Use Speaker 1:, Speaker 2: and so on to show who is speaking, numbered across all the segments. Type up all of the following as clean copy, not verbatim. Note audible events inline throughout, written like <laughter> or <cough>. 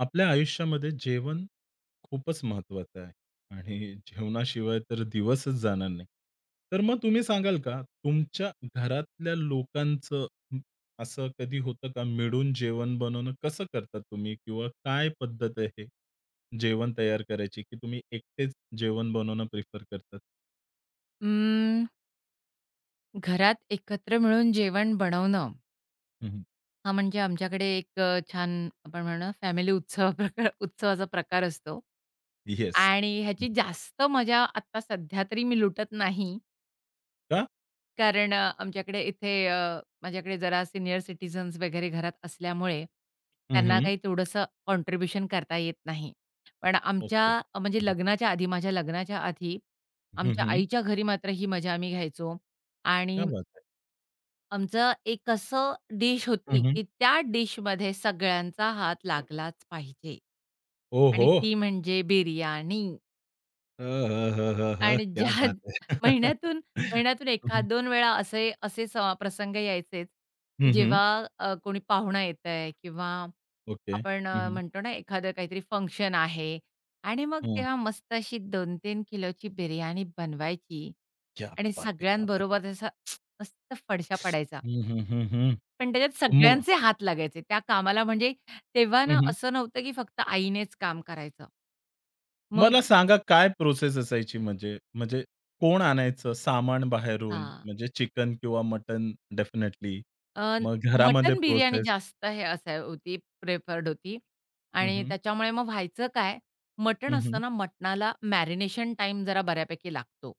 Speaker 1: आपल्या आयुष्यामध्ये जेवण खूपच महत्वाचं आहे आणि जेवणाशिवाय तर दिवसच जाणार नाही. तर मग तुम्ही सांगाल का, तुमच्या घरातल्या लोकांचं अ, असं कधी होतं का, मिळून जेवण बनवणं कसं करता तुम्ही? किंवा काय पद्धत आहे जेवण तयार करायची, की तुम्ही एकटेच जेवण बनवणं प्रिफर करतात?
Speaker 2: अं, घरात एकत्र मिळून जेवण बनवणं,
Speaker 1: हं,
Speaker 2: हा म्हणजे आमच्याकडे एक छान आपण म्हणू ना फॅमिली उत्सव प्रकार उत्सवाचा प्रकार असतो.
Speaker 1: येस.
Speaker 2: आणि ह्याची जास्त मजा आत्ता सध्या तरी मी लुटत नाही.
Speaker 1: का?
Speaker 2: कारण आमच्याकडे इथे माझ्याकडे जरा सिनियर सिटीजन्स वगैरे घरात असल्यामुळे त्यांना
Speaker 1: हं,
Speaker 2: काही तेवढंसं कॉन्ट्रिब्युशन करता येत नाही. पण आमच्या
Speaker 1: ओके. हं,
Speaker 2: म्हणजे
Speaker 1: हं.
Speaker 2: लग्नाच्या आधी आमच्या आईच्या घरी मात्र ही मजा आम्ही घ्यायचो
Speaker 1: क्या
Speaker 2: आणि
Speaker 1: बात है!
Speaker 2: आमचं एक असं डिश होती,
Speaker 1: हं,
Speaker 2: की त्या डिशमध्ये सगळ्यांचा हात लागलाच पाहिजे.
Speaker 1: ओहो!
Speaker 2: आणि ती म्हणजे बिर्याणी.
Speaker 1: ह, ह, ह, ह,
Speaker 2: आणि
Speaker 1: क्या
Speaker 2: ज्या
Speaker 1: बात है!
Speaker 2: <laughs>
Speaker 1: <laughs>
Speaker 2: महिन्यातून महिन्यातून
Speaker 1: हं,
Speaker 2: 1
Speaker 1: हं.
Speaker 2: दोन वेळा असे असे स प्रसंग यायचेच, की जेव्हा कोणी पाहुणा येतंय किंवा
Speaker 1: ओके.
Speaker 2: आपण
Speaker 1: हं, हं.
Speaker 2: म्हणतो ना एखादं काहीतरी फंक्शन आहे आणि मग तेव्हा मस्त अशी 2-3 किलोची बिर्याणी बनवायची
Speaker 1: क्या
Speaker 2: आणि
Speaker 1: बात है! क्या बात है!
Speaker 2: सगळ्यांबरोबर असा <sniffs> <tsk> मस्त फडशा पडायचा.
Speaker 1: हं, हं, हं, हं.
Speaker 2: पण त्याच्यात
Speaker 1: मग
Speaker 2: सगळ्यांचे हात लागायचे त्या कामाला. म्हणजे तेव्हा ना
Speaker 1: हं,
Speaker 2: असं नव्हतं, की फक्त आईनेच काम करायचं. मग
Speaker 1: मला सांगा काय प्रोसेस असायची म्हणजे? म्हणजे कोण आणायचं सामान बाहेरून?
Speaker 2: हां.
Speaker 1: म्हणजे चिकन किंवा मटन, डेफिनेटली.
Speaker 2: अ,
Speaker 1: मग घरामध्ये
Speaker 2: मटण बिर्याणी
Speaker 1: प्रोसेस
Speaker 2: जास्त हे असाय होती प्रेफर्ड होती
Speaker 1: हं,
Speaker 2: आणि
Speaker 1: हं.
Speaker 2: त्याच्यामुळे मग व्हायचं काय, मटण
Speaker 1: हं,
Speaker 2: असतं ना, मटणाला मॅरिनेशन टाईम जरा बऱ्यापैकी लागतो.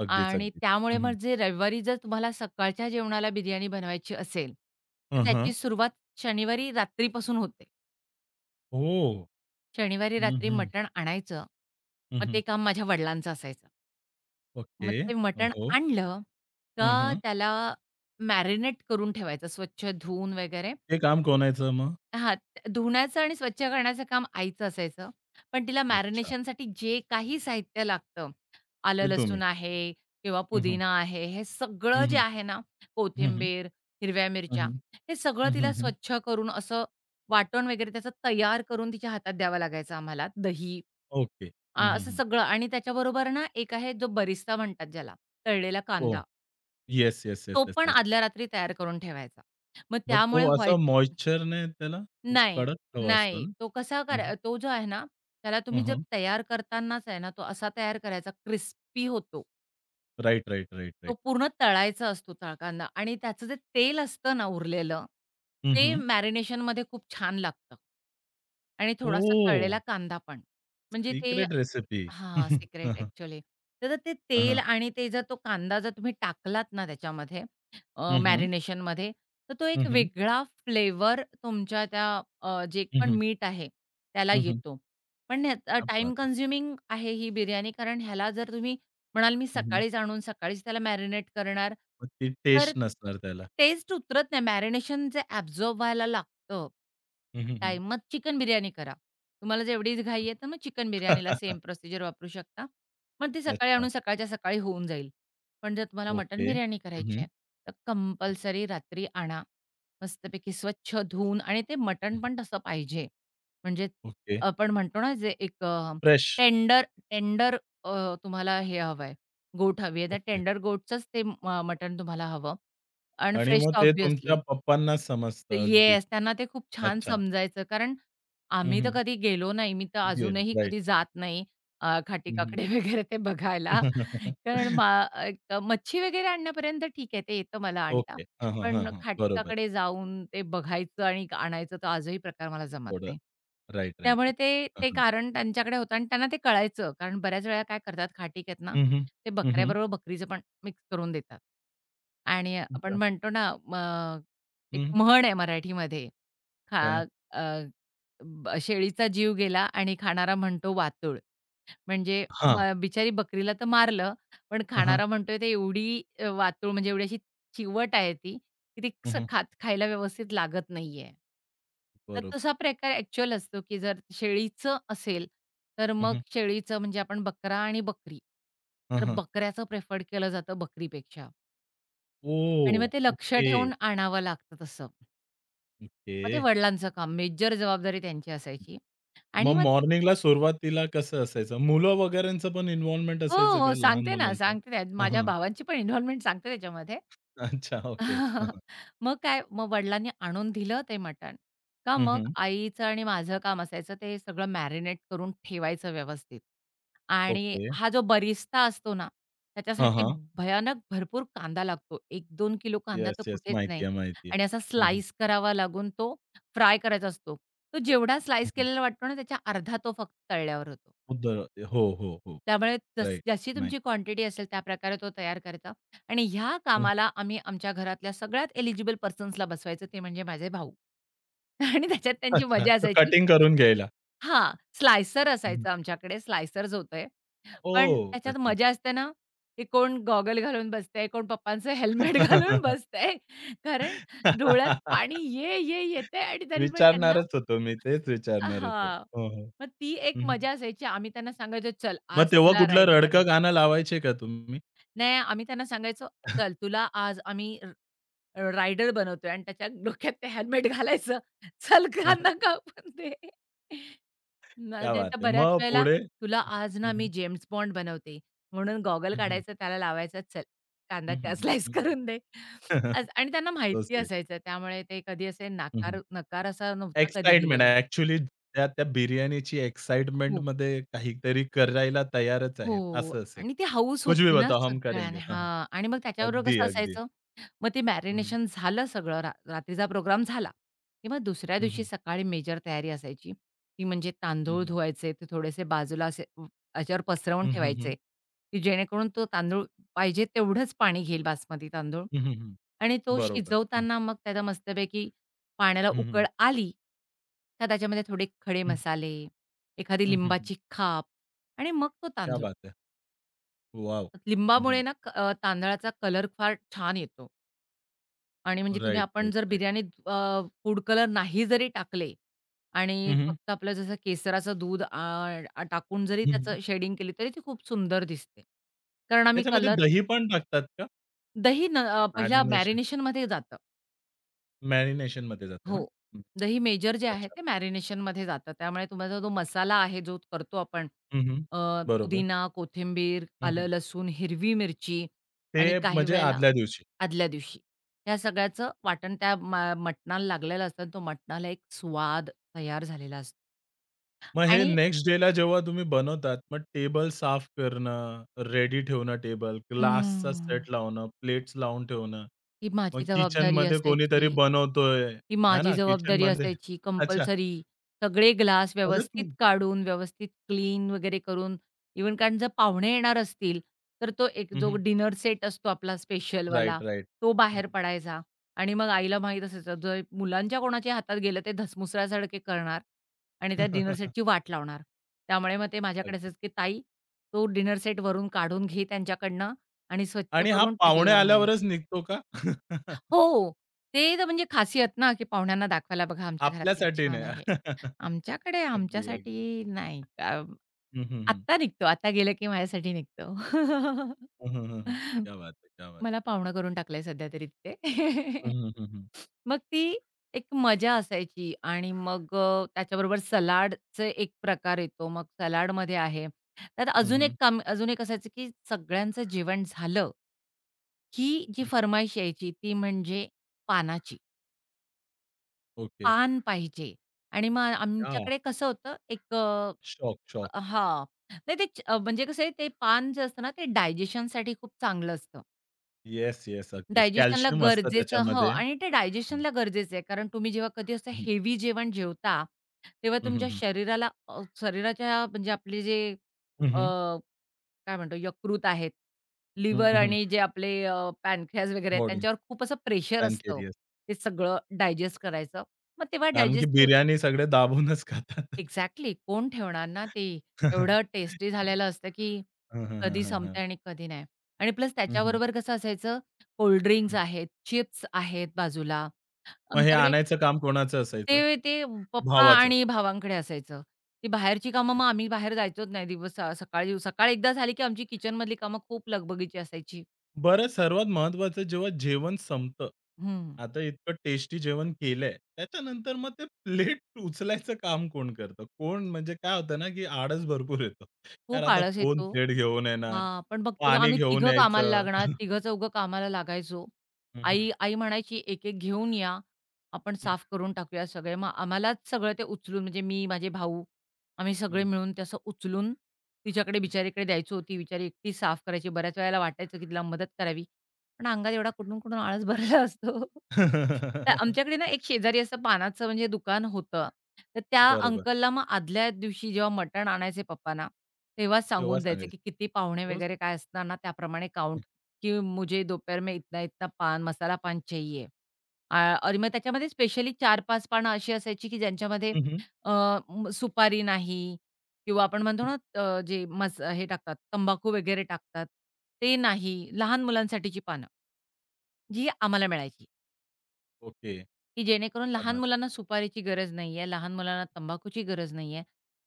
Speaker 1: अगदीच,
Speaker 2: आणि
Speaker 1: अगदीच.
Speaker 2: त्यामुळे
Speaker 1: हं,
Speaker 2: मग
Speaker 1: हं.
Speaker 2: जे रविवारी जर तुम्हाला सकाळच्या जेवणाला बिर्याणी बनवायची असेल, तर
Speaker 1: हं, हं.
Speaker 2: त्याची सुरुवात शनिवारी रात्रीपासून होते.
Speaker 1: ओह!
Speaker 2: शनिवारी रात्री मटण आणायचं. मग ते काम माझ्या वडिलांचं असायचं.
Speaker 1: ओके.
Speaker 2: मग ते मटण
Speaker 1: हो.
Speaker 2: आणलं का
Speaker 1: हं,
Speaker 2: त्याला मॅरिनेट करून ठेवायचं, स्वच्छ धुवून वगैरे.
Speaker 1: ते काम कोणायचं मग?
Speaker 2: हां, धुण्याचं आणि स्वच्छ करण्याचं काम आईचं असायचं. पण तिला
Speaker 1: अच्छा.
Speaker 2: मॅरिनेशनसाठी जे काही साहित्य लागतं, आलं
Speaker 1: ते तुम्ही.
Speaker 2: लसूण आहे किंवा
Speaker 1: हं, हं.
Speaker 2: पुदिना आहे, हे सगळं
Speaker 1: हं,
Speaker 2: जे
Speaker 1: हं.
Speaker 2: आहे ना,
Speaker 1: हं, हं.
Speaker 2: कोथिंबीर, हिरव्या
Speaker 1: हं,
Speaker 2: मिरच्या,
Speaker 1: हं.
Speaker 2: हे सगळं
Speaker 1: हं, हं,
Speaker 2: तिला
Speaker 1: हं.
Speaker 2: स्वच्छ करून असं वाटण वगैरे त्याचं तयार करून तिच्या हातात द्यावं लागायचं आम्हाला. दही
Speaker 1: ओके. हं, हं,
Speaker 2: असं
Speaker 1: हं.
Speaker 2: सगळं. आणि त्याच्याबरोबर ना, एक आहे जो बरिस्ता म्हणतात ज्याला, तळलेला
Speaker 1: ओह!
Speaker 2: कांदा.
Speaker 1: येस, येस, येस,
Speaker 2: तो
Speaker 1: येस,
Speaker 2: पण
Speaker 1: येस.
Speaker 2: आदल्या रात्री तयार करून ठेवायचा. मग
Speaker 1: मग तो
Speaker 2: त्यामुळे व्हाय
Speaker 1: असं मॉइश्चरने त्याला तो
Speaker 2: नाही,
Speaker 1: कडक रवा असतो
Speaker 2: नाही.
Speaker 1: ना?
Speaker 2: तो कसा
Speaker 1: हं, हं.
Speaker 2: करा तो जो आहे ना, त्याला
Speaker 1: हं,
Speaker 2: तुम्ही जर
Speaker 1: हं.
Speaker 2: तयार करतानाच आहे ना, तो असा तयार करायचा क्रिस्पी होतो.
Speaker 1: राइट, राइट, राइट,
Speaker 2: तो
Speaker 1: राइट.
Speaker 2: पूर्ण तळायचा असतो तळ कांदा आणि त्याचं जे तेल असतं ना उरलेलं,
Speaker 1: हं,
Speaker 2: ते
Speaker 1: हं.
Speaker 2: मॅरिनेशनमध्ये खूप छान लागतं. आणि थोडासा
Speaker 1: ओह!
Speaker 2: तळलेला कांदा पण. म्हणजे ते
Speaker 1: सिक्रेट रेसिपी.
Speaker 2: हां,
Speaker 1: हं,
Speaker 2: सिक्रेट
Speaker 1: हं.
Speaker 2: ॲक्चुअली. तर ते तेल आणि ते जर तो कांदा जर तुम्ही टाकलात ना त्याच्यामध्ये,
Speaker 1: हं, हं.
Speaker 2: मॅरिनेशनमध्ये, तर तो
Speaker 1: हं,
Speaker 2: एक
Speaker 1: हं.
Speaker 2: वेगळा फ्लेवर तुमच्या त्या जे
Speaker 1: हं, हं.
Speaker 2: पण
Speaker 1: हं, हं.
Speaker 2: मीठ आहे त्याला
Speaker 1: हं, हं.
Speaker 2: येतो. पण ह्याचा
Speaker 1: क्या
Speaker 2: टाईम
Speaker 1: बात है!
Speaker 2: कन्झ्युमिंग आहे ही बिर्याणी, कारण ह्याला जर तुम्ही म्हणाल मी
Speaker 1: हं, हं.
Speaker 2: सकाळीच आणून सकाळीच त्याला मॅरिनेट करणार,
Speaker 1: मग ती
Speaker 2: तर
Speaker 1: टेस्ट नसणार त्याला.
Speaker 2: टेस्ट उतरत नाही. मॅरिनेशन जे ॲब्झॉर्ब व्हायला लागतं. हो.
Speaker 1: हं, हं, हं.
Speaker 2: टाईम. मग चिकन बिर्याणी करा. तुम्हाला जेवढीच घाई आहे, तर मग चिकन बिर्याणीला सेम प्रोसिजर वापरू शकता. पण ती सकाळी
Speaker 1: अच्छा.
Speaker 2: आणून सकाळच्या सकाळी होऊन जाईल. पण जर तुम्हाला मटण
Speaker 1: ओके.
Speaker 2: बिर्याणी
Speaker 1: हं,
Speaker 2: करायची
Speaker 1: हं.
Speaker 2: आहे, तर कंपल्सरी रात्री आणा. मस्तपैकी स्वच्छ धुवून आणि ते
Speaker 1: हं,
Speaker 2: मटण पण तसं पाहिजे. म्हणजे
Speaker 1: ओके.
Speaker 2: आपण म्हणतो ना, जे एक
Speaker 1: फ्रेश.
Speaker 2: टेंडर टेंडर तुम्हाला हे हवं आहे, गोट हवी आहे. त्या
Speaker 1: ओके.
Speaker 2: टेंडर गोटचंच ते मटण तुम्हाला हवं. आणि
Speaker 1: आणि
Speaker 2: फ्रेश
Speaker 1: मग
Speaker 2: तर
Speaker 1: ते तुमच्या पप्पांना समजतं अगदी.
Speaker 2: येस, त्यांना ते खूप छान
Speaker 1: अच्छा.
Speaker 2: समजायचं. कारण
Speaker 1: हं,
Speaker 2: आम्ही तर
Speaker 1: हं.
Speaker 2: कधी गेलो नाही. मी तर
Speaker 1: गेलो.
Speaker 2: अजूनही
Speaker 1: राइट.
Speaker 2: कधी जात नाही
Speaker 1: हं, हं.
Speaker 2: खाटी-काकडे <laughs> वगैरे ते बघायला. कारण
Speaker 1: <laughs>
Speaker 2: मा एक मच्छी वगैरे आणण्यापर्यंत ठीक आहे, ते येतं मला आणता.
Speaker 1: ओके. हां, हां, हां,
Speaker 2: पण
Speaker 1: हां. बरोबर.
Speaker 2: खाटी-काकडे जाऊन ते बघायचं आणि आणायचं तर आजही प्रकार मला जमत
Speaker 1: थोडं
Speaker 2: नाही.
Speaker 1: राइट, राइट,
Speaker 2: त्यामुळे
Speaker 1: राइट.
Speaker 2: ते
Speaker 1: हं,
Speaker 2: ते
Speaker 1: हं.
Speaker 2: कारण त्यांच्याकडे होतं आणि त्यांना ते कळायचं. कारण बऱ्याच वेळा काय करतात खाटीक आहेत ना,
Speaker 1: हं, हं.
Speaker 2: ते
Speaker 1: हं, हं.
Speaker 2: बकऱ्याबरोबर बकरीचं पण मिक्स करून देतात. आणि आपण
Speaker 1: अच्छा.
Speaker 2: म्हणतो ना, एक
Speaker 1: हं.
Speaker 2: म्हण आहे मराठीमध्ये. खा
Speaker 1: काय?
Speaker 2: अ, ब शेळीचा जीव गेला आणि खाणारा म्हणतो "वातुळ." म्हणजे
Speaker 1: हां.
Speaker 2: बिचारी बकरीला तर मारलं, पण
Speaker 1: हं, हं.
Speaker 2: खाणारा म्हणतोय ते एवढी वातुळ म्हणजे एवढी अशी चिवट आहे ती, की ती
Speaker 1: हं,
Speaker 2: स
Speaker 1: हं.
Speaker 2: खात खायला व्यवस्थित लागत नाहीये. तर
Speaker 1: बरोबर.
Speaker 2: तसा प्रकार ॲक्चुअल असतो, की जर शेळीचं असेल, तर
Speaker 1: हं,
Speaker 2: मग
Speaker 1: हं.
Speaker 2: शेळीचं म्हणजे आपण बकरा आणि बकरी.
Speaker 1: हं,
Speaker 2: तर
Speaker 1: हं.
Speaker 2: बकऱ्याचं प्रिफर्ड केलं जातं बकरीपेक्षा आणि मग
Speaker 1: ओह!
Speaker 2: ते लक्ष
Speaker 1: ओके.
Speaker 2: ठेवून आणावं लागतं तसं.
Speaker 1: ओके.
Speaker 2: मग ते वडिलांचं काम, मेजर जबाबदारी त्यांची असायची
Speaker 1: मग
Speaker 2: आणि मग
Speaker 1: मॉर्निंगला सुरुवातीला कसं असायचं? मुलं वगैरेंचं पण इन्व्हॉल्वमेंट
Speaker 2: हो,
Speaker 1: असायचं का
Speaker 2: हो.
Speaker 1: लहान
Speaker 2: सांगते ना,
Speaker 1: मुलांचं?
Speaker 2: सांगते.
Speaker 1: हां,
Speaker 2: माझ्या
Speaker 1: हां.
Speaker 2: भावांची पण इन्व्हॉल्वमेंट सांगते त्याच्यामध्ये.
Speaker 1: अच्छा. ओके. हां,
Speaker 2: <laughs>
Speaker 1: हां.
Speaker 2: मग काय, मग वडिलांनी आणून दिलं ते मटण, का
Speaker 1: हं,
Speaker 2: मग
Speaker 1: हं.
Speaker 2: आईचं आणि माझं काम असायचं ते सगळं मॅरिनेट करून ठेवायचं व्यवस्थित. आणि
Speaker 1: ओके.
Speaker 2: हा जो बरिस्ता असतो ना,
Speaker 1: हां,
Speaker 2: त्याच्यासाठी
Speaker 1: हां.
Speaker 2: भयानक भरपूर कांदा लागतो. एक दोन किलो कांदा तर
Speaker 1: येस, येस.
Speaker 2: कुठेच
Speaker 1: माहिती
Speaker 2: नाही.
Speaker 1: आहे, माहिती आहे.
Speaker 2: आणि असा
Speaker 1: हं, हं.
Speaker 2: स्लाईस करावा लागून तो फ्राय करायचा असतो. तो जेवढा
Speaker 1: हं,
Speaker 2: स्लाईस
Speaker 1: हं.
Speaker 2: केलेला वाटतो ना, त्याच्या अर्धा तो फक्त तळल्यावर होतो.
Speaker 1: उदर हो, हो, हो.
Speaker 2: त्यामुळे तस
Speaker 1: राइट.
Speaker 2: जशी
Speaker 1: नाही.
Speaker 2: तुमची क्वांटिटी असेल त्याप्रकारे तो तयार करायचा. आणि ह्या
Speaker 1: हं.
Speaker 2: कामाला आम्ही आमच्या घरातल्या सगळ्यात एलिजिबल पर्सन्सला बसवायचं, ते म्हणजे माझे भाऊ. <laughs> आणि त्याच्यात त्यांची
Speaker 1: अच्छा.
Speaker 2: मजा
Speaker 1: तो
Speaker 2: असायची.
Speaker 1: कटिंग करून घ्यायला.
Speaker 2: हां, स्लायसर
Speaker 1: हं.
Speaker 2: असायचं आमच्याकडे स्लायसर जो होतोय. पण
Speaker 1: ओह!
Speaker 2: त्याच्यात
Speaker 1: अच्छा.
Speaker 2: मजा असते ना, की कोण गॉगल घालून बसतंय, कोण पप्पांचं हेल्मेट <laughs> घालून बसतंय. कारण डोळ्यात पाणी
Speaker 1: <laughs>
Speaker 2: ये येतंय आणि तरी पण त्यांना
Speaker 1: विचारणारच होतो मी. तेच विचारणार होतो.
Speaker 2: हां,
Speaker 1: हो, हो.
Speaker 2: मग ती एक
Speaker 1: हं, हं.
Speaker 2: मजा असायची. आम्ही त्यांना सांगायचो, "चल
Speaker 1: मग
Speaker 2: आज
Speaker 1: तेव्हा
Speaker 2: तुला
Speaker 1: कुठलं
Speaker 2: रायडर
Speaker 1: रडकं
Speaker 2: बनायचं."
Speaker 1: गाणं लावायचे का तुम्ही?
Speaker 2: नाही, आम्ही त्यांना सांगायचो, "चल
Speaker 1: <laughs>
Speaker 2: तुला आज आम्ही रायडर बनवतोय" आणि त्याच्या डोक्यात ते हेल्मेट घालायचं. "चल कांदा कापून दे."
Speaker 1: क्या बात
Speaker 2: नाहीतर
Speaker 1: है!
Speaker 2: बऱ्याच
Speaker 1: मग
Speaker 2: वेळेला,
Speaker 1: पुढे?
Speaker 2: "तुला आज
Speaker 1: हं,
Speaker 2: ना मी
Speaker 1: हं.
Speaker 2: जेम्स बॉन्ड बनवते." म्हणून गॉगल
Speaker 1: हं, हं.
Speaker 2: काढायचा, त्याला लावायचा, "चल कांदा
Speaker 1: हं, हं,
Speaker 2: त्या
Speaker 1: हं.
Speaker 2: स्लाईस करून
Speaker 1: हं,
Speaker 2: दे."
Speaker 1: हं.
Speaker 2: अस
Speaker 1: <laughs>
Speaker 2: आणि त्यांना
Speaker 1: सो
Speaker 2: माहिती
Speaker 1: स्वीट.
Speaker 2: असायचं, त्यामुळे ते कधी असे
Speaker 1: हं, हं.
Speaker 2: नकार असा नव्हता कधी
Speaker 1: एक्साइटमेंट
Speaker 2: दिलेला.
Speaker 1: ॲक्चुअली त्या त्या बिर्याणीची
Speaker 2: खूप.
Speaker 1: एक्साइटमेंटमध्ये काहीतरी करायला तयारच आहेत,
Speaker 2: हो.
Speaker 1: असं असेल.
Speaker 2: आणि ती हौस
Speaker 1: कुछ भी
Speaker 2: होती ना
Speaker 1: बताओ हम करेंगे.
Speaker 2: सगळ्यांना
Speaker 1: हां, हां.
Speaker 2: हां. आणि मग त्याच्याबरोबर
Speaker 1: अगदी,
Speaker 2: कसं
Speaker 1: अगदी.
Speaker 2: असायचं, मग ते
Speaker 1: हं, हं.
Speaker 2: मॅरिनेशन झालं सगळं रात्रीचा प्रोग्राम झाला, की मग दुसऱ्या
Speaker 1: हं,
Speaker 2: दिवशी
Speaker 1: हं.
Speaker 2: सकाळी मेजर तयारी असायची. ती म्हणजे
Speaker 1: हं,
Speaker 2: तांदूळ
Speaker 1: हं.
Speaker 2: धुवायचे, ते थोडेसे बाजूला असे याच्यावर पसरवून
Speaker 1: हं, हं, हं.
Speaker 2: ठेवायचे, की जेणेकरून तो तांदूळ पाहिजे तेवढंच पाणी घेईल बासमती तांदूळ.
Speaker 1: हं, हं, हं.
Speaker 2: आणि तो
Speaker 1: बरोबर. हं.
Speaker 2: शिजवताना मग त्याला मस्तपैकी पाण्याला
Speaker 1: हं, हं.
Speaker 2: उकळ आली, तर त्याच्यामध्ये थोडे खडे
Speaker 1: हं.
Speaker 2: मसाले, एखादी
Speaker 1: हं,
Speaker 2: लिंबाची खाप आणि मग तो
Speaker 1: क्या
Speaker 2: तांदूळ.
Speaker 1: बात है! वॉव! हं, हं.
Speaker 2: लिंबामुळे ना तांदळाचा कलर फार छान येतो आणि म्हणजे तुम्ही आपण
Speaker 1: राईट.
Speaker 2: जर बिर्याणीत फूड कलर नाही जरी टाकले आणि
Speaker 1: हं, हं.
Speaker 2: फक्त आपलं जसं केसराचं दूध टाकून जरी त्याचं शेडिंग केली तरी ती खूप सुंदर दिसते. कारण आम्ही
Speaker 1: त्याच्यामध्ये
Speaker 2: कलर
Speaker 1: दही पण टाकतात का?
Speaker 2: दही पहिल्या
Speaker 1: मॅरिनेशन
Speaker 2: मॅरिनेशनमध्ये जातं.
Speaker 1: मॅरिनेशनमध्ये जाते ना?
Speaker 2: हो.
Speaker 1: हं.
Speaker 2: दही मेजर जे आहे
Speaker 1: अच्छा.
Speaker 2: ते मॅरिनेशनमध्ये जातं. त्यामुळे तुमचा जो मसाला आहे, जो करतो आपण
Speaker 1: हं,
Speaker 2: अ,
Speaker 1: बरोबर.
Speaker 2: पुदिना, कोथिंबीर, आलं,
Speaker 1: हं,
Speaker 2: लसूण, हिरवी मिरची
Speaker 1: ते
Speaker 2: आणि काही
Speaker 1: म्हणजे
Speaker 2: वेळेला
Speaker 1: आदल्या दिवशी.
Speaker 2: आदल्या दिवशी ह्या सगळ्याचं वाटण त्या मटणाला लागलेलं असतं तो मटणाला एक स्वाद तयार झालेला असतो.
Speaker 1: मग हे
Speaker 2: आणि
Speaker 1: नेक्स्ट डेला जेव्हा तुम्ही बनवतात, मग टेबल साफ करणं, रेडी ठेवणं टेबल, ग्लासचा
Speaker 2: हं,
Speaker 1: सेट लावणं, प्लेट्स लावून ठेवणं,
Speaker 2: ही
Speaker 1: मग
Speaker 2: माझी जबाबदारी
Speaker 1: किचनमध्ये कोणीतरी
Speaker 2: असायची.
Speaker 1: बनवतोय,
Speaker 2: ही
Speaker 1: है
Speaker 2: माझी
Speaker 1: ना?
Speaker 2: जबाबदारी
Speaker 1: किचनमध्ये
Speaker 2: असायची
Speaker 1: अच्छा,
Speaker 2: कंपल्सरी. सगळे ग्लास
Speaker 1: म्हणजे तू
Speaker 2: व्यवस्थित काढून, व्यवस्थित क्लीन वगैरे करून इवन कारण जर पाहुणे येणार असतील, तर तो एक
Speaker 1: हं,
Speaker 2: जो
Speaker 1: हं.
Speaker 2: डिनर सेट असतो आपला स्पेशलवाला,
Speaker 1: राइट, राइट.
Speaker 2: तो
Speaker 1: हं,
Speaker 2: बाहेर
Speaker 1: हं.
Speaker 2: पडायचा आणि मग आईला माहीत असायचं जर मुलांच्या कोणाच्या हातात गेलं ते धसमुसळ्यासारखे करणार आणि त्या डिनर सेटची
Speaker 1: <laughs>
Speaker 2: वाट लावणार. त्यामुळे मग ते माझ्याकडे
Speaker 1: अगदी.
Speaker 2: असायचं, की "ताई, तो डिनर सेट वरून काढून घे त्यांच्याकडनं आणि स्वच्छ
Speaker 1: आणि हा
Speaker 2: करून
Speaker 1: पाहुणे
Speaker 2: टेबलवर मांड."
Speaker 1: आल्यावरच निघतो का? <laughs>
Speaker 2: हो. ते तर म्हणजे खासियत ना, की पाहुण्यांना दाखवायला बघा आमच्या घरात किती
Speaker 1: आपल्यासाठी
Speaker 2: छान
Speaker 1: नाही.
Speaker 2: आहे.
Speaker 1: <laughs>
Speaker 2: आमच्याकडे
Speaker 1: अगदी, अगदी.
Speaker 2: आमच्यासाठी नाही.
Speaker 1: हं, हं, हं.
Speaker 2: आत्ता निघतो. आता गेलं की माझ्यासाठी निघतो.
Speaker 1: हं, हं,
Speaker 2: <laughs>
Speaker 1: क्या बात है! क्या बात
Speaker 2: मला
Speaker 1: है!
Speaker 2: पाहुणं करून टाकलंय सध्या तरी
Speaker 1: हं,
Speaker 2: तिथे.
Speaker 1: हं, हं, हं.
Speaker 2: <laughs> मग ती एक मजा असायची आणि मग त्याच्याबरोबर सलाडचे एक प्रकार येतो. मग सलाडमध्ये आहे. त्यात
Speaker 1: हं, हं,
Speaker 2: अजून एक असायचं, की सगळ्यांचं जेवण झालं, की जी फर्माईश यायची ती म्हणजे पानाची.
Speaker 1: ओके.
Speaker 2: पान पाहिजे आणि मग
Speaker 1: हां.
Speaker 2: आमच्याकडे कसं होतं एक
Speaker 1: शॉक, शॉक.
Speaker 2: हां. नाही म्हणजे कसं आहे ते पान जे असतं ना ते डायजेशनसाठी खूप चांगलं असतं.
Speaker 1: Yes, yes. अगदीच.
Speaker 2: डायजेशनला
Speaker 1: कॅल्शियम असतं
Speaker 2: गरजेचं हो
Speaker 1: त्याच्यामध्ये.
Speaker 2: आणि ते
Speaker 1: हं,
Speaker 2: डायजेशनला गरजेचं आहे. कारण तुम्ही जेव्हा कधी असं हेवी जेवण जेवता, तेव्हा
Speaker 1: हं, हं,
Speaker 2: तुमच्या
Speaker 1: हं.
Speaker 2: शरीराला शरीराच्या म्हणजे आपले जे
Speaker 1: हं,
Speaker 2: अ,
Speaker 1: हं.
Speaker 2: काय म्हणतो यकृत आहेत, लिव्हर आणि जे आपले पॅनक्रियाज वगैरे आहेत
Speaker 1: बॉडी
Speaker 2: त्यांच्यावर खूप असं प्रेशर असतं.
Speaker 1: पॅनक्रियाज.
Speaker 2: ते सगळं डायजेस्ट करायचं. मग तेव्हा
Speaker 1: कारण की
Speaker 2: डायजेस्ट
Speaker 1: बिर्याणी सगळे दाबूनच खातात.
Speaker 2: एक्झॅक्टली. कोण ठेवणार ना ते? एवढं
Speaker 1: <laughs>
Speaker 2: टेस्टी झालेलं असतं, की
Speaker 1: हं, हं, हं,
Speaker 2: कधी
Speaker 1: हं, हं.
Speaker 2: संपतंय आणि कधी नाही. आणि प्लस
Speaker 1: हं, हं,
Speaker 2: त्याच्याबरोबर कसं असायचं, कोल्ड ड्रिंक्स
Speaker 1: हं.
Speaker 2: आहेत, चिप्स आहेत बाजूला.
Speaker 1: मग हे
Speaker 2: आमच्याकडे
Speaker 1: आणायचं काम कोणाचं असायचं?
Speaker 2: ते ते पप्पा
Speaker 1: भावाचं.
Speaker 2: आणि भावांकडे असायचं. ती बाहेरची कामं मग आम्ही बाहेर जायचोच नाही दिवस सकाळी सकाळ एकदा झाली, की आमची किचनमधली कामं खूप लगबगीची असायची.
Speaker 1: बरं सर्वात महत्त्वाचं जेव्हा जेवण संपतं,
Speaker 2: हं.
Speaker 1: आता इतकं टेस्टी जेवण केलंय, त्याच्यानंतर मग ते प्लेट उचलायचं काम कोण करतं? कोण म्हणजे काय होतं ना, की आळस भरपूर येतो. यार
Speaker 2: खूप
Speaker 1: आता
Speaker 2: आळस
Speaker 1: कोण
Speaker 2: येतो.
Speaker 1: प्लेट घेऊन येणार?
Speaker 2: हां, पण मग तेव्हा
Speaker 1: पाणी
Speaker 2: आम्ही
Speaker 1: घेऊन
Speaker 2: तिघं कामाला
Speaker 1: यायचं.
Speaker 2: लागणार,
Speaker 1: <laughs>
Speaker 2: तिघं-चौघं कामाला लागायचो.
Speaker 1: हं, हं,
Speaker 2: आई आई म्हणायची, "एक-एक घेऊन या, आपण
Speaker 1: हं,
Speaker 2: साफ करून टाकूया सगळे." मग आम्हालाच सगळं ते उचलून म्हणजे मी, माझे भाऊ, आम्ही सगळे
Speaker 1: हं,
Speaker 2: मिळून ते असं उचलून तिच्याकडे बिचारीकडे द्यायचो. ती बिचारी एकटी साफ करायची. बऱ्याच वेळेला वाटायचं की तिला मदत करावी, पण अंगात एवढा कुठून-कुठून आळस भरला <laughs> असतो. तर
Speaker 1: <laughs>
Speaker 2: आमच्याकडे ना एक शेजारी असं पानाचं म्हणजे दुकान होतं. तर त्या
Speaker 1: बरोबर.
Speaker 2: अंकलला मग आदल्या दिवशी जेव्हा मटण आणायचे पप्पांना तेव्हाच
Speaker 1: तेव्हा
Speaker 2: सांगून द्यायचे,
Speaker 1: सांगायचं.
Speaker 2: की किती पाहुणे
Speaker 1: तोच
Speaker 2: वगैरे काय असणार ना, त्याप्रमाणे काउंट, की मुझे दोपहर में इतना-इतना पान, मसाला पान चाहिए. आ आणि मग त्याच्यामध्ये स्पेशली चार 5 पानं अशी असायची, की ज्यांच्यामध्ये
Speaker 1: हं, हं.
Speaker 2: अ, सुपारी नाही किंवा आपण म्हणतो ना, जे मस हे टाकतात, तंबाखू वगैरे टाकतात, ते नाही. लहान मुलांसाठीची पानं, जी आम्हाला मिळायची.
Speaker 1: ओके.
Speaker 2: की जेणेकरून
Speaker 1: क्या
Speaker 2: लहान
Speaker 1: बात
Speaker 2: मुलांना सुपारीची गरज नाहीये, लहान मुलांना तंबाखूची गरज नाहीये.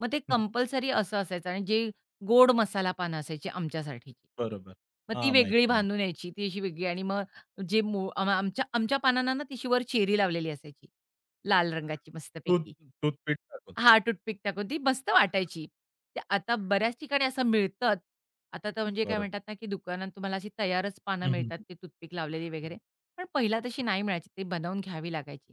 Speaker 2: मग ते
Speaker 1: <laughs>
Speaker 2: कंपल्सरी असं असायचं आणि जे गोड मसाला पानं असायची आमच्यासाठीची.
Speaker 1: बरोबर.
Speaker 2: मग
Speaker 1: हां,
Speaker 2: ती
Speaker 1: माहिती
Speaker 2: वेगळी
Speaker 1: आहे, माहिती
Speaker 2: बांधून यायची, ती अशी वेगळी आणि मग जे मो आम आमच्या आमच्या पानांना ना, ती वर चेरी लावलेली असायची, लाल रंगाची
Speaker 1: टूथ
Speaker 2: मस्तपैकी.
Speaker 1: टूथपेस्ट टाकून.
Speaker 2: हां, टूथपिक टाकून ती मस्त वाटायची. ते आता
Speaker 1: हां,
Speaker 2: बऱ्याच ठिकाणी असं मिळतात. आता तर म्हणजे काय
Speaker 1: बरोबर.
Speaker 2: म्हणतात ना, की दुकानात तुम्हाला अशी तयारच पानं
Speaker 1: हं, हं,
Speaker 2: मिळतात,
Speaker 1: हं.
Speaker 2: ती टूथपिक लावलेली वगैरे. पण पहिला तशी नाही मिळायची, ती बनवून घ्यावी लागायची.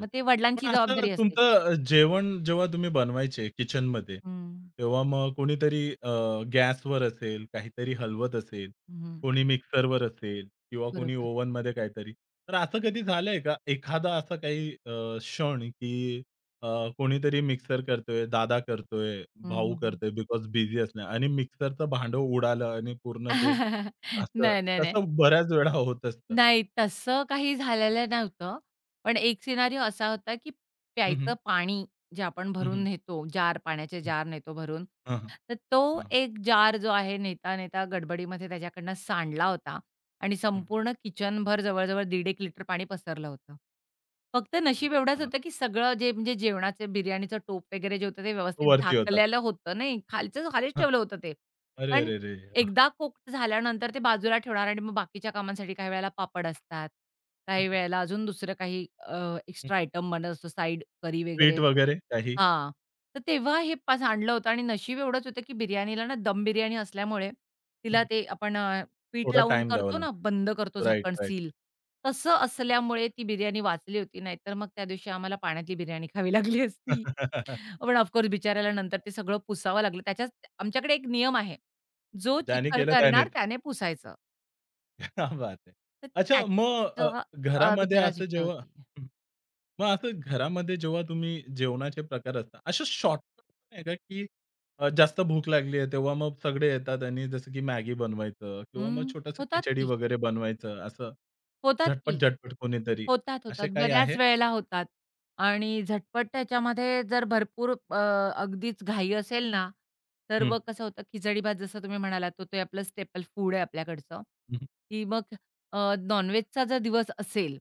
Speaker 2: मग ते वडिलांची
Speaker 1: पण असं
Speaker 2: जबाबदारी असायची.
Speaker 1: तुमचं जेवण जेव्हा तुम्ही बनवायचे किचनमध्ये,
Speaker 2: हं,
Speaker 1: तेव्हा मग कोणीतरी गॅसवर असेल, काहीतरी हलवत असेल,
Speaker 2: हं,
Speaker 1: कोणी मिक्सरवर असेल किंवा कोणी
Speaker 2: बरोबर.
Speaker 1: ओव्हनमध्ये काहीतरी. तर असं कधी झालंय का? एखादा असा काही क्षण की अ, कोणीतरी मिक्सर करतोय, दादा करतोय,
Speaker 2: हं,
Speaker 1: भाऊ
Speaker 2: हं, हं.
Speaker 1: करतोय बिकॉज बिझी असणार आणि मिक्सरचं भांडं उडालं आणि पूर्ण ते
Speaker 2: <laughs>
Speaker 1: असं
Speaker 2: नाही, नाही, नाही.
Speaker 1: तसं बऱ्याच वेळा होत असतं.
Speaker 2: नाही, तसं काही झालेलं नव्हतं. पण एक सिनारिओ असा होता, की
Speaker 1: हं,
Speaker 2: प्यायचं
Speaker 1: हं.
Speaker 2: पाणी जे आपण
Speaker 1: हं,
Speaker 2: भरून
Speaker 1: हं.
Speaker 2: नेतो, पाण्याचे
Speaker 1: हं.
Speaker 2: जार नेतो भरून,
Speaker 1: हां,
Speaker 2: तर तो एक जार जो आहे नेता-नेता गडबडीमध्ये त्याच्याकडनं सांडला होता आणि संपूर्ण किचनभर जवळ-जवळ 1.5 लिटर पाणी पसरलं होतं. फक्त
Speaker 1: अरे
Speaker 2: नशीब एवढंच
Speaker 1: वाह!
Speaker 2: होतं, की सगळं जे म्हणजे जेवणाचे बिर्याणीचं टोप वगैरे जे होतं ते
Speaker 1: तो
Speaker 2: व्यवस्थित
Speaker 1: वरती होता.
Speaker 2: झाकलेलं होतं. नाही, खालचं खालीच
Speaker 1: हं.
Speaker 2: ठेवलं होतं ते.
Speaker 1: अरे,
Speaker 2: पण
Speaker 1: अरे, अरे! वाह!
Speaker 2: एकदा कुक्ड झाल्यानंतर ते बाजूला ठेवणार आणि मग बाकीच्या कामांसाठी काही वेळेला पापड असतात.
Speaker 1: हं,
Speaker 2: काही
Speaker 1: हं,
Speaker 2: वेळेला अजून दुसरं काही
Speaker 1: हं.
Speaker 2: एक्स्ट्रा आयटम बनत असतो साइड करी
Speaker 1: ट्वीट
Speaker 2: वगैरे
Speaker 1: वगैरे काही?
Speaker 2: हां. तर तेव्हा हे पा सांडलं होतं आणि नशीब एवढंच होतं, की बिर्याणीला ना दम बिर्याणी असल्यामुळे
Speaker 1: हं,
Speaker 2: तिला
Speaker 1: हं.
Speaker 2: ते आपण पीठ
Speaker 1: थोडा
Speaker 2: लावून
Speaker 1: टाईम द्यावा
Speaker 2: करतो ना,
Speaker 1: लागतो.
Speaker 2: बंद करतो
Speaker 1: राइट,
Speaker 2: झाकण
Speaker 1: राइट.
Speaker 2: सील. तसं असल्यामुळे ती बिर्याणी वाचली होती. नाहीतर मग त्या दिवशी आम्हाला पाण्यातली बिर्याणी खावी लागली असती.
Speaker 1: <laughs>
Speaker 2: पण ऑफ कोर्स बिचाऱ्याला नंतर ते सगळं पुसावं लागलं. त्याच्याच आमच्याकडे एक नियम आहे. जो
Speaker 1: ज्याने
Speaker 2: चिखल
Speaker 1: केलं त्यानेच.
Speaker 2: करणार
Speaker 1: क्या
Speaker 2: त्याने पुसायचं.
Speaker 1: <laughs> बात है!
Speaker 2: तर
Speaker 1: अच्छा मग
Speaker 2: त्याचं
Speaker 1: घरामध्ये
Speaker 2: बिचारा
Speaker 1: असं
Speaker 2: शिक्षा
Speaker 1: जेव्हा
Speaker 2: होती.
Speaker 1: हं. मग असं घरामध्ये जेव्हा तुम्ही जेवणाचे प्रकार असतात, अशा शॉर्टकट पण आहे का, की जास्त भूक लागली आहे तेव्हा मग सगळे येतात आणि जसं की मॅगी बनवायचं किंवा मग
Speaker 2: हं,
Speaker 1: छोटंसं
Speaker 2: होतात
Speaker 1: खिचडी
Speaker 2: की,
Speaker 1: वगैरे बनवायचं असं
Speaker 2: होतात की.
Speaker 1: झटपट-झटपट कोणीतरी असे
Speaker 2: होतात.
Speaker 1: काही आहे?
Speaker 2: बऱ्याच वेळेला होतात. आणि झटपट त्याच्यामध्ये जर भरपूर अगदीच घाई असेल ना, तर
Speaker 1: हं.
Speaker 2: मग कसं होतं खिचडी भात जसं तुम्ही म्हणालात, तो ते आपलं स्टेपल फूड आहे आपल्याकडचं,
Speaker 1: हं.
Speaker 2: की मग अ, नॉन जर दिवस असेल,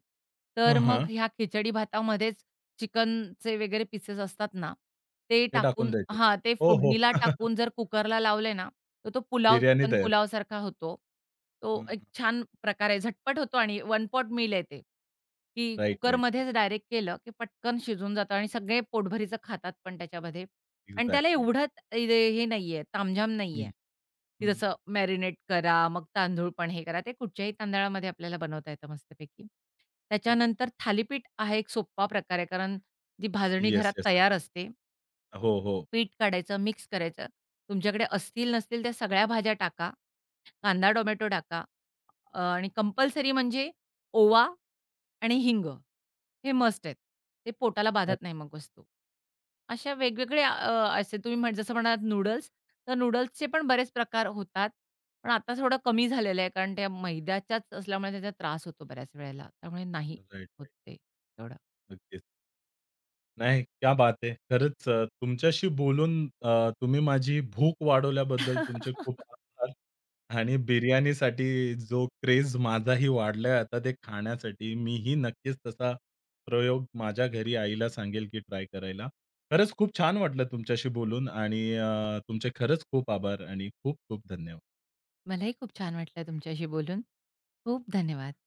Speaker 1: हं,
Speaker 2: तर
Speaker 1: हां.
Speaker 2: मग ह्या खिचडी भातामध्येच चिकनचे वगैरे पीसेस असतात ना, ते
Speaker 1: ते टाकून
Speaker 2: टाकून
Speaker 1: द्यायचे.
Speaker 2: हां, ते
Speaker 1: हो, हो.
Speaker 2: फोडणीला
Speaker 1: <laughs>
Speaker 2: टाकून जर कुकरला लावले ना, तर तो पुलाव, चिकन
Speaker 1: बिर्याणी
Speaker 2: पुलाव
Speaker 1: तयार.
Speaker 2: पुलावसारखा होतो.
Speaker 1: हं,
Speaker 2: तो एक
Speaker 1: हं.
Speaker 2: छान प्रकारे आहे. झटपट होतो आणि वन पॉट मील आहे ते, की
Speaker 1: राइट, राइट, राइट.
Speaker 2: कुकरमध्येच डायरेक्ट केलं, की पटकन शिजून जातं आणि सगळे पोटभरीचं खातात पण त्याच्यामध्ये आणि त्याला
Speaker 1: एक्झॅक्टली.
Speaker 2: एवढं इथे हे नाहीये, तामझाम नाहीये,
Speaker 1: हं,
Speaker 2: की
Speaker 1: हं,
Speaker 2: जसं मॅरिनेट करा, मग तांदूळ पण हे करा. ते कुठच्याही तांदळामध्ये आपल्याला बनवता येतं मस्तपैकी.
Speaker 1: हं.
Speaker 2: त्याच्यानंतर थालीपीठ हा एक सोप्पा प्रकार आहे, कारण जी भाजणी
Speaker 1: येस,
Speaker 2: घरात
Speaker 1: येस.
Speaker 2: तयार असते,
Speaker 1: हो, हो.
Speaker 2: पीठ काढायचं, मिक्स करायचं. तुमच्याकडे असतील नसतील त्या सगळ्या भाज्या टाका, कांदा, टोमॅटो टाका आणि कंपल्सरी म्हणजे ओवा आणि हिंग. हे मस्ट आहेत. ते पोटाला
Speaker 1: हो.
Speaker 2: बाधत नाही मग वस्तू. अशा वेगवेगळे असे तुम्ही जसं म्हणालात नूडल्स, तर नूडल्सचे पण बरेच प्रकार होतात. पण आता थोडं कमी झालेलं आहे, कारण त्या मैद्याच्याच असल्यामुळे त्याचा त्रास होतो बऱ्याच वेळेला. त्यामुळे नाही
Speaker 1: राइट,
Speaker 2: होत
Speaker 1: राइट.
Speaker 2: ते एवढं.
Speaker 1: नक्कीच. नाही, क्या बात है! खरंच तुमच्याशी बोलून अ, तुम्ही माझी भूक वाढवल्याबद्दल तुमचे खूप
Speaker 2: <laughs>
Speaker 1: आभार आणि बिर्याणीसाठी जो क्रेझ माझाही वाढलाय आता ते खाण्यासाठी, मीही नक्कीच तसा प्रयोग माझ्या घरी आईला सांगेल की ट्राय करायला. खरंच खूप छान वाटलं तुमच्याशी बोलून आणि तुमचे खरंच खूप आभार आणि खूप खूप धन्यवाद.
Speaker 2: मलाही खूप छान वाटलं तुमच्याशी बोलून. खूप धन्यवाद.